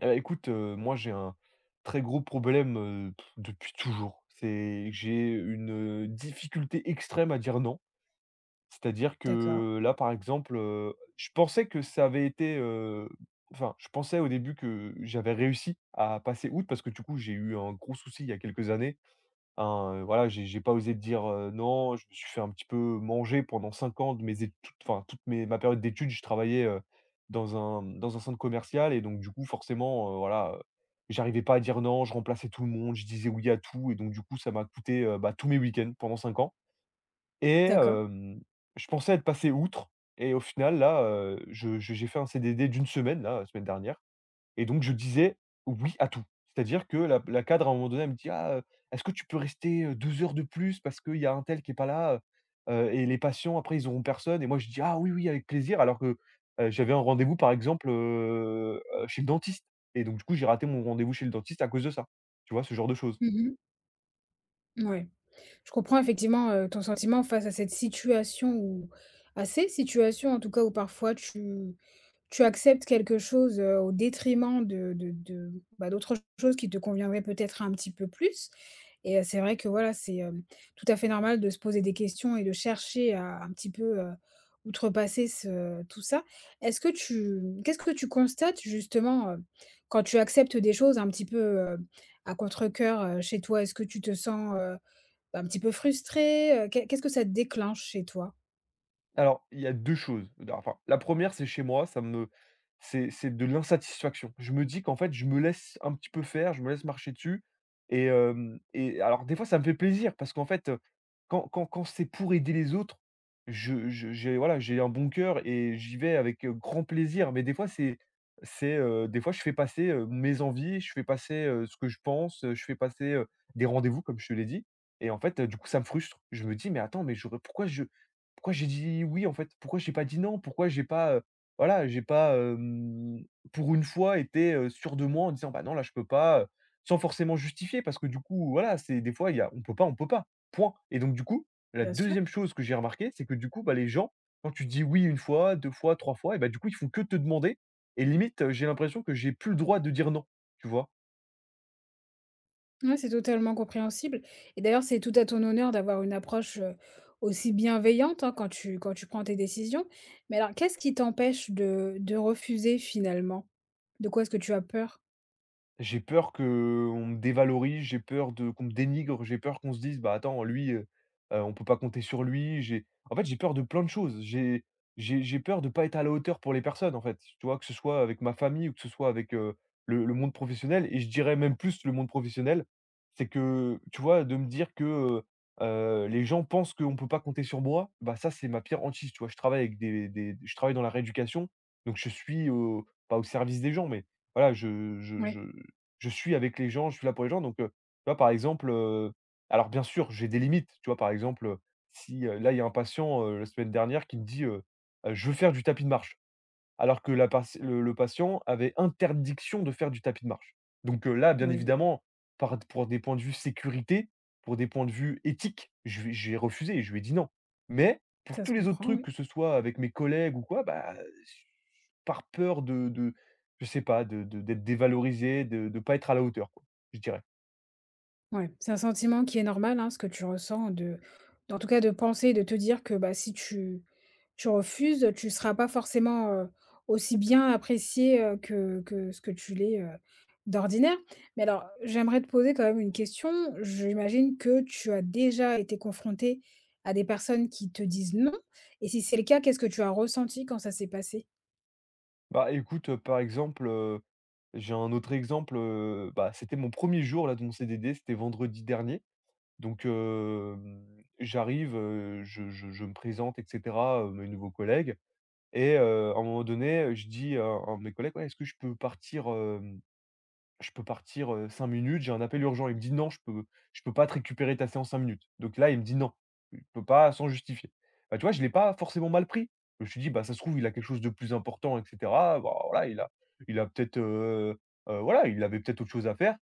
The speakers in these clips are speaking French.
Eh bah, écoute, moi j'ai un très gros problème, depuis toujours. C'est j'ai une, difficulté extrême à dire non. C'est-à-dire D'accord, que là, par exemple, je pensais que ça avait été, enfin, je pensais au début que j'avais réussi à passer outre parce que du coup, j'ai eu un gros souci il y a quelques années. Hein, voilà, j'ai pas osé dire, non, je me suis fait un petit peu manger pendant 5 ans de mes études, enfin toute mes ma période d'études, je travaillais, dans un centre commercial et donc du coup forcément, voilà, j'arrivais pas à dire non, je remplaçais tout le monde, je disais oui à tout et donc du coup ça m'a coûté, bah, tous mes week-ends pendant 5 ans et d'accord. Je pensais être passé outre. Et au final là, je j'ai fait un CDD d'une semaine là, la semaine dernière. Et donc je disais oui à tout. C'est-à-dire que la cadre, à un moment donné, elle me dit: «Ah, est-ce que tu peux rester, 2 heures de plus parce qu'il y a un tel qui est pas là, et les patients après ils auront personne?» et moi je dis: «Ah oui, oui, avec plaisir», alors que, j'avais un rendez-vous par exemple, chez le dentiste. Et donc du coup j'ai raté mon rendez-vous chez le dentiste à cause de ça. Tu vois? Ce genre de choses. Mmh. Ouais. Je comprends effectivement, ton sentiment face à cette situation ou à ces situations en tout cas où parfois tu acceptes quelque chose, au détriment de de bah, d'autres choses qui te conviendraient peut-être un petit peu plus et c'est vrai que voilà, c'est, tout à fait normal de se poser des questions et de chercher à un petit peu, outrepasser ce tout ça. Est-ce que tu Qu'est-ce que tu constates justement, quand tu acceptes des choses un petit peu, à contrecœur, chez toi? Est-ce que tu te sens, bah, un petit peu frustré? Qu'est-ce que ça déclenche chez toi? Alors, il y a 2 choses. Enfin, la première c'est chez moi, ça me c'est de l'insatisfaction. Je me dis qu'en fait, je me laisse un petit peu faire, je me laisse marcher dessus. Et alors des fois, ça me fait plaisir parce qu'en fait, quand c'est pour aider les autres, je j'ai voilà, j'ai un bon cœur et j'y vais avec, grand plaisir. Mais des fois, des fois, je fais passer, mes envies, je fais passer, ce que je pense, je fais passer, des rendez-vous, comme je te l'ai dit. Et en fait, du coup, ça me frustre. Je me dis: «Mais attends, mais j'aurais pourquoi je pourquoi j'ai dit: «Oui» en fait? Pourquoi j'ai pas dit: «Non»? Pourquoi j'ai pas, voilà, j'ai pas, hem, pour une fois été, sûr de moi en disant: «Bah non, là je peux pas», sans forcément justifier parce que du coup, voilà, c'est des fois il y a on peut pas, point. Et donc du coup, la Bien sûr. deuxième chose que j'ai remarqué, c'est que du coup, bah, les gens, quand tu dis: «Oui» une fois, 2 fois, 3 fois et bah, du coup, ils font que te demander. Et limite, j'ai l'impression que j'ai plus le droit de dire: «Non», tu vois? Ouais, c'est totalement compréhensible et d'ailleurs, c'est tout à ton honneur d'avoir une approche, aussi bienveillante, hein, quand tu prends tes décisions. Mais alors, qu'est-ce qui t'empêche de refuser finalement? De quoi est-ce que tu as peur? J'ai peur qu'on me dévalorise, j'ai peur de qu'on me dénigre, j'ai peur qu'on se dise: «Bah, attends, lui, on peut pas compter sur lui». J'ai en fait, j'ai peur de plein de choses. J'ai peur de pas être à la hauteur pour les personnes, en fait. Tu vois? Que ce soit avec ma famille ou que ce soit avec, le monde professionnel et je dirais même plus le monde professionnel. C'est que, tu vois, de me dire que, heu les gens pensent qu'on peut pas compter sur moi, bah, ça, c'est ma pire hantise, tu vois? Je travaille avec des je travaille dans la rééducation, donc je suis au pas au service des gens, mais voilà, je je Ouais, je je suis avec les gens, je suis là pour les gens. Donc, tu vois, par exemple, alors bien sûr, j'ai des limites, tu vois? Par exemple, si, là, il y a un patient, la semaine dernière qui me dit, «Je veux faire du tapis de marche», alors que la patie le patient avait interdiction de faire du tapis de marche. Donc, là, bien oui, évidemment, par pour des points de vue sécurité, pour des points de vue éthique, je lui ai j'ai refusé, je lui ai dit: «Non». Mais pour ça tous se les autres comprend, trucs, que oui. ce soit avec mes collègues ou quoi, bah, par peur de je sais pas, de d'être dévalorisé, de ne pas être à la hauteur, quoi, je dirais. Ouais, c'est un sentiment qui est normal, hein, ce que tu ressens de en tout cas de penser, de te dire que, bah, si tu tu refuses, tu ne seras pas forcément, aussi bien apprécié, que ce que tu l'es, d'ordinaire. Mais alors, j'aimerais te poser quand même une question. J'imagine que tu as déjà été confronté à des personnes qui te disent non et si c'est le cas, qu'est-ce que tu as ressenti quand ça s'est passé? Bah, écoute, par exemple, j'ai un autre exemple, bah, c'était mon premier jour là de mon CDD, c'était vendredi dernier. Donc, j'arrive, je me présente et cetera, mes nouveaux collègues. Et à un moment donné, je dis à un de mes collègues: «Ouais, est-ce que je peux partir, 5 minutes, j'ai un appel urgent». Il me dit: «Non, je peux pas te récupérer ta séance 5 minutes». Donc là, il me dit: «Non, je peux pas sans justifier». Bah, tu vois, je l'ai pas forcément mal pris. Je me suis dit: «Bah, ça se trouve, il a quelque chose de plus important et cetera». Bah, voilà, il a peut-être, voilà, il avait peut-être autre chose à faire.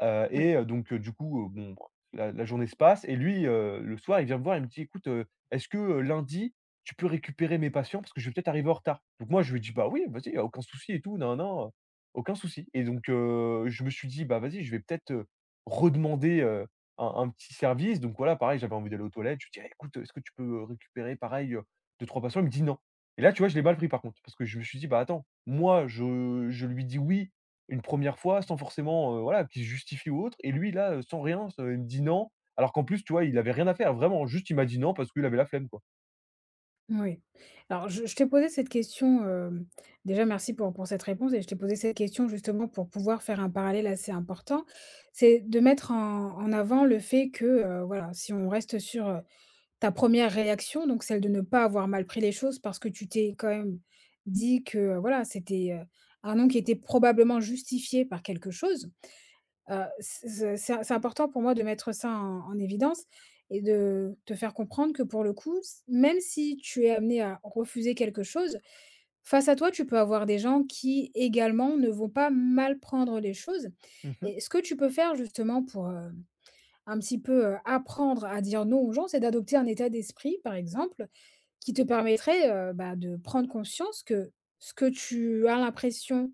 Heu Oui. et heu, donc, du coup, bon, bah, la journée se passe et lui, le soir, il vient me voir, il me dit: «Écoute, est-ce que, lundi, tu peux récupérer mes patients parce que je vais peut-être arriver en retard?» Donc moi, je lui dis: «Bah oui, vas-y, il y a aucun souci et tout, non, non, aucun souci». Et donc je me suis dit: «Bah vas-y, je vais peut-être, redemander, un petit service». Donc voilà, pareil, j'avais envie d'aller aux toilettes, je lui dis: «Eh écoute, est-ce que tu peux, récupérer pareil, 2-3 patients?» Il me dit: «Non». Et là, tu vois, je l'ai mal pris par contre parce que je me suis dit: «Bah attends, moi, je lui dis: "Oui". Une première fois sans forcément, voilà, qu'il se justifie ou autre et lui là, sans rien, ce il me dit: «Non», alors qu'en plus, tu vois, il avait rien à faire, vraiment, juste il m'a dit: «Non» parce qu'il avait la flemme, quoi. Oui. Alors je t'ai posé cette question, déjà merci pour cette réponse et je t'ai posé cette question justement pour pouvoir faire un parallèle assez important. C'est de mettre en avant le fait que, voilà, si on reste sur, ta première réaction, donc celle de ne pas avoir mal pris les choses parce que tu t'es quand même dit que, voilà, c'était, un non qui était probablement justifié par quelque chose. C'est important pour moi de mettre ça en évidence et de te faire comprendre que pour le coup, s même si tu es amené à refuser quelque chose, face à toi, tu peux avoir des gens qui également ne vont pas mal prendre les choses Mmh mh. et ce que tu peux faire justement pour, un petit peu, apprendre à dire non aux gens, c'est d'adopter un état d'esprit, par exemple, qui te permettrait, bah, de prendre conscience que ce que tu as l'impression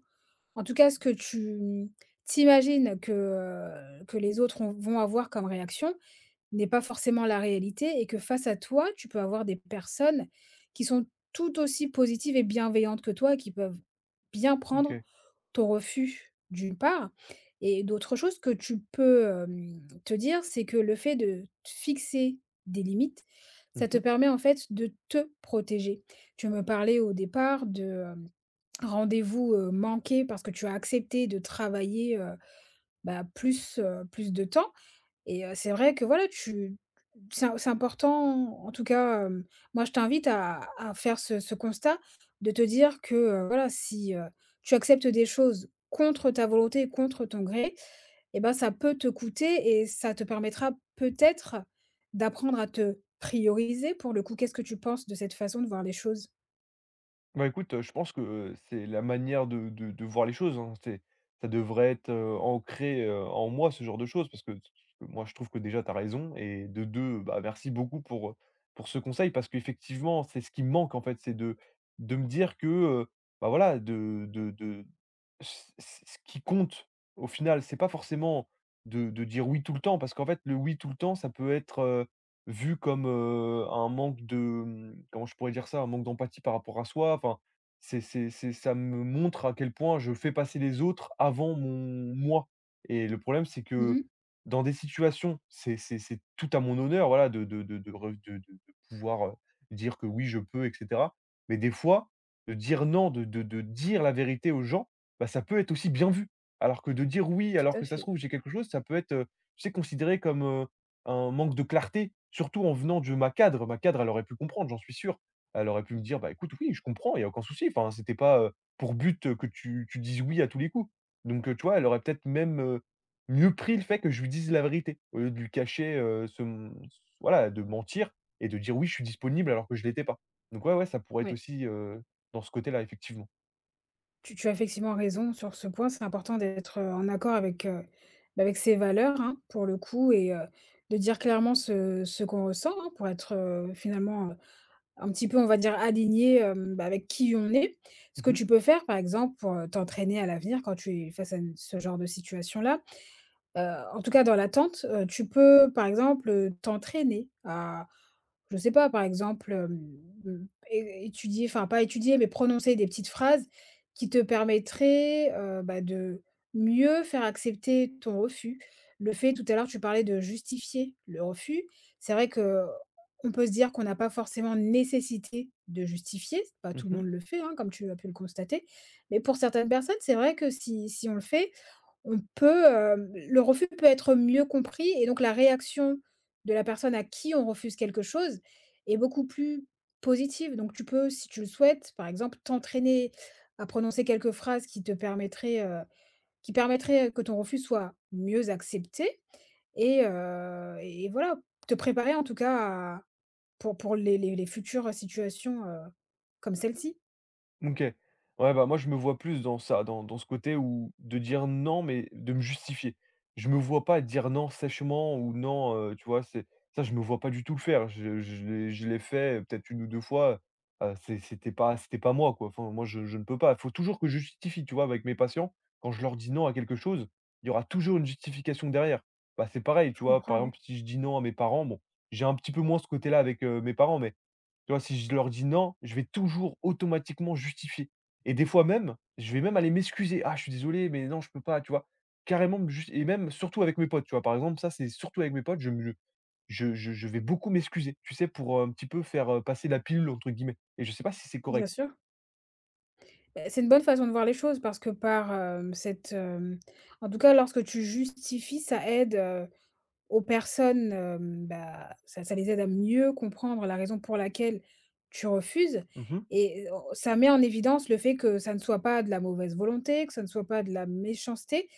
en tout cas, ce que tu t'imagines que les autres ont vont avoir comme réaction n'est pas forcément la réalité et que face à toi, tu peux avoir des personnes qui sont tout aussi positives et bienveillantes que toi et qui peuvent bien prendre OK. ton refus, d'une part et d'autre chose que tu peux, te dire, c'est que le fait de te fixer des limites, Mmh ça te mh. permet en fait de te protéger. Tu me parlais au départ de rendez-vous, manqué parce que tu as accepté de travailler, bah, plus, plus de temps et c'est vrai que voilà, tu c'est im c'est important en tout cas, moi je t'invite à faire ce constat, de te dire que, voilà, si, tu acceptes des choses contre ta volonté, contre ton gré et ben ça peut te coûter et ça te permettra peut-être d'apprendre à te prioriser pour le coup. Qu'est-ce que tu penses de cette façon de voir les choses? Bah, écoute, je pense que, c'est la manière de voir les choses, hein. C'est ça devrait être, ancré, en moi ce genre de choses parce que t moi je trouve que déjà tu as raison et de 2, bah, merci beaucoup pour ce conseil parce qu'effectivement c'est ce qui me manque en fait, c'est de me dire que, bah, voilà de ce qui compte au final, c'est pas forcément de dire oui tout le temps parce qu'en fait le oui tout le temps ça peut être, vu comme, un manque de, comment je pourrais dire ça? Un manque d'empathie par rapport à soi. Enfin, c'est ça me montre à quel point je fais passer les autres avant mon moi. Et le problème, c'est que Mmh. dans des situations, c'est tout à mon honneur, voilà, de re de pouvoir, dire que oui, je peux et cetera. Mais des fois, de dire non, de dire la vérité aux gens, bah, ça peut être aussi bien vu. Alors que de dire oui, Tout alors à que ça se fait, trouve j'ai quelque chose, ça peut être, tu sais, considéré comme, un manque de clarté, surtout en venant de ma cadre. Ma cadre, elle aurait pu comprendre, j'en suis sûr. Elle aurait pu me dire: «Bah, écoute, oui, je comprends, il y a aucun souci». Enfin, c'était pas, pour but, que tu dises «oui» à tous les coups. Donc, tu vois, elle aurait peut-être même, mieux pris le fait que je lui dise la vérité, au lieu de lui cacher, ce m voilà, de mentir et de dire: «Oui, je suis disponible», alors que je l'étais pas. Donc ouais, ouais, ça pourrait être ouais. aussi, dans ce côté-là, effectivement. Tu tu as effectivement raison sur ce point. C'est important d'être, en accord avec, bah, avec ses valeurs, hein, pour le coup et de dire clairement ce qu'on ressent, hein, pour être, finalement, un petit peu, on va dire, aligné, bah, avec qui on est. Ce que Mmh mh. tu peux faire, par exemple, pour, t'entraîner à l'avenir quand tu es face à une ce genre de situation-là, heu, en tout cas dans l'attente, tu peux, par exemple, t'entraîner à je sais pas, par exemple, mmh, é étudier, enfin pas étudier, mais prononcer des petites phrases qui te permettraient, bah, de mieux faire accepter ton refus. Le fait tout à l'heure, tu parlais de justifier le refus. C'est vrai que on peut se dire qu'on n'a pas forcément nécessité de justifier, pas tout le Mmh. monde le fait, hein, comme tu as pu le constater, mais pour certaines personnes, c'est vrai que si on le fait, on peut, le refus peut être mieux compris et donc la réaction de la personne à qui on refuse quelque chose est beaucoup plus positive. Donc tu peux, si tu le souhaites, par exemple, t'entraîner à prononcer quelques phrases qui te permettraient, qui permettraient, que ton refus soit mieux accepté et voilà, te préparer en tout cas pour les les futures situations, comme celle-ci? OK. Ouais, bah, moi, je me vois plus dans ça, dans ce côté où de dire non, mais de me justifier. Je me vois pas dire non sèchement ou non, tu vois? C'est ça, je me vois pas du tout le faire. Je l'ai fait peut-être une ou 2 fois, c'était pas moi, quoi. Enfin, moi, je ne peux pas. Il faut toujours que je justifie, tu vois? Avec mes patients, quand je leur dis non à quelque chose, il y aura toujours une justification derrière. Bah, c'est pareil, Je tu vois? Par comprends, oui, exemple, si je dis non à mes parents, bon, j'ai un petit peu moins ce côté-là avec, mes parents, mais tu vois, si je leur dis: «Non», je vais toujours automatiquement justifier et des fois même, je vais même aller m'excuser: «Ah, je suis désolé, mais non, je peux pas», tu vois? Carrément me jus et même surtout avec mes potes, tu vois? Par exemple, ça, c'est surtout avec mes potes, je me je vais beaucoup m'excuser, tu sais, pour, un petit peu faire, «passer la pilule» entre guillemets et je sais pas si c'est bien correct. sûr. Beh, c'est une bonne façon de voir les choses parce que par, cette, hem en tout cas, lorsque tu justifies, ça aide, aux personnes, bah, ça les aide à mieux comprendre la raison pour laquelle tu refuses Mmh. et o ça met en évidence le fait que ça ne soit pas de la mauvaise volonté, que ça ne soit pas de la méchanceté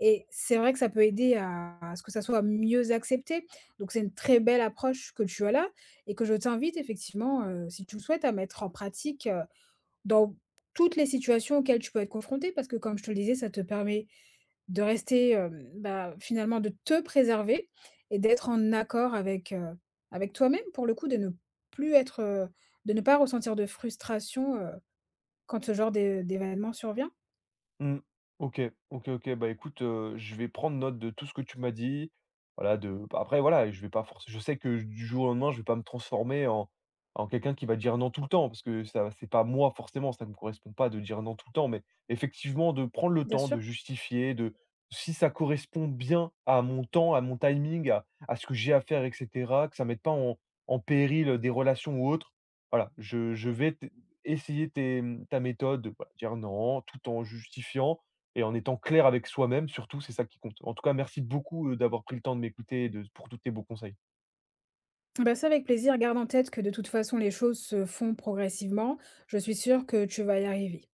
et c'est vrai que ça peut aider à ce que ça soit mieux accepté. Donc c'est une très belle approche que tu as là et que je t'invite effectivement, si tu le souhaites, à mettre en pratique, dans toutes les situations auxquelles tu peux être confronté, parce que comme je te le disais, ça te permet de rester, bah, finalement de te préserver et d'être en accord avec, avec toi-même pour le coup, de ne plus être, de ne pas ressentir de frustration, quand ce genre d'événement survient? Mmh. OK, OK, OK. Bah, écoute, je vais prendre note de tout ce que tu m'as dit. Voilà, de bah, après voilà, je vais pas forc je sais que du jour au lendemain, je vais pas me transformer en quelqu'un qui va dire non tout le temps parce que ça c'est pas moi forcément, ça ne me correspond pas de dire non tout le temps. Mais effectivement, de prendre le Bien temps de sûr. justifier, de si ça correspond bien à mon temps, à mon timing, à ce que j'ai à faire et cetera, que ça mette pas en péril, des relations ou autres. Voilà, je vais t essayer ta méthode, bah, dire non, tout en justifiant et en étant clair avec soi-même surtout, c'est ça qui compte. En tout cas, merci beaucoup, d'avoir pris le temps de m'écouter et de pour tous tes beaux conseils. Bah, ça avec plaisir. Garde en tête que de toute façon les choses se font progressivement. Je suis sûre que tu vas y arriver.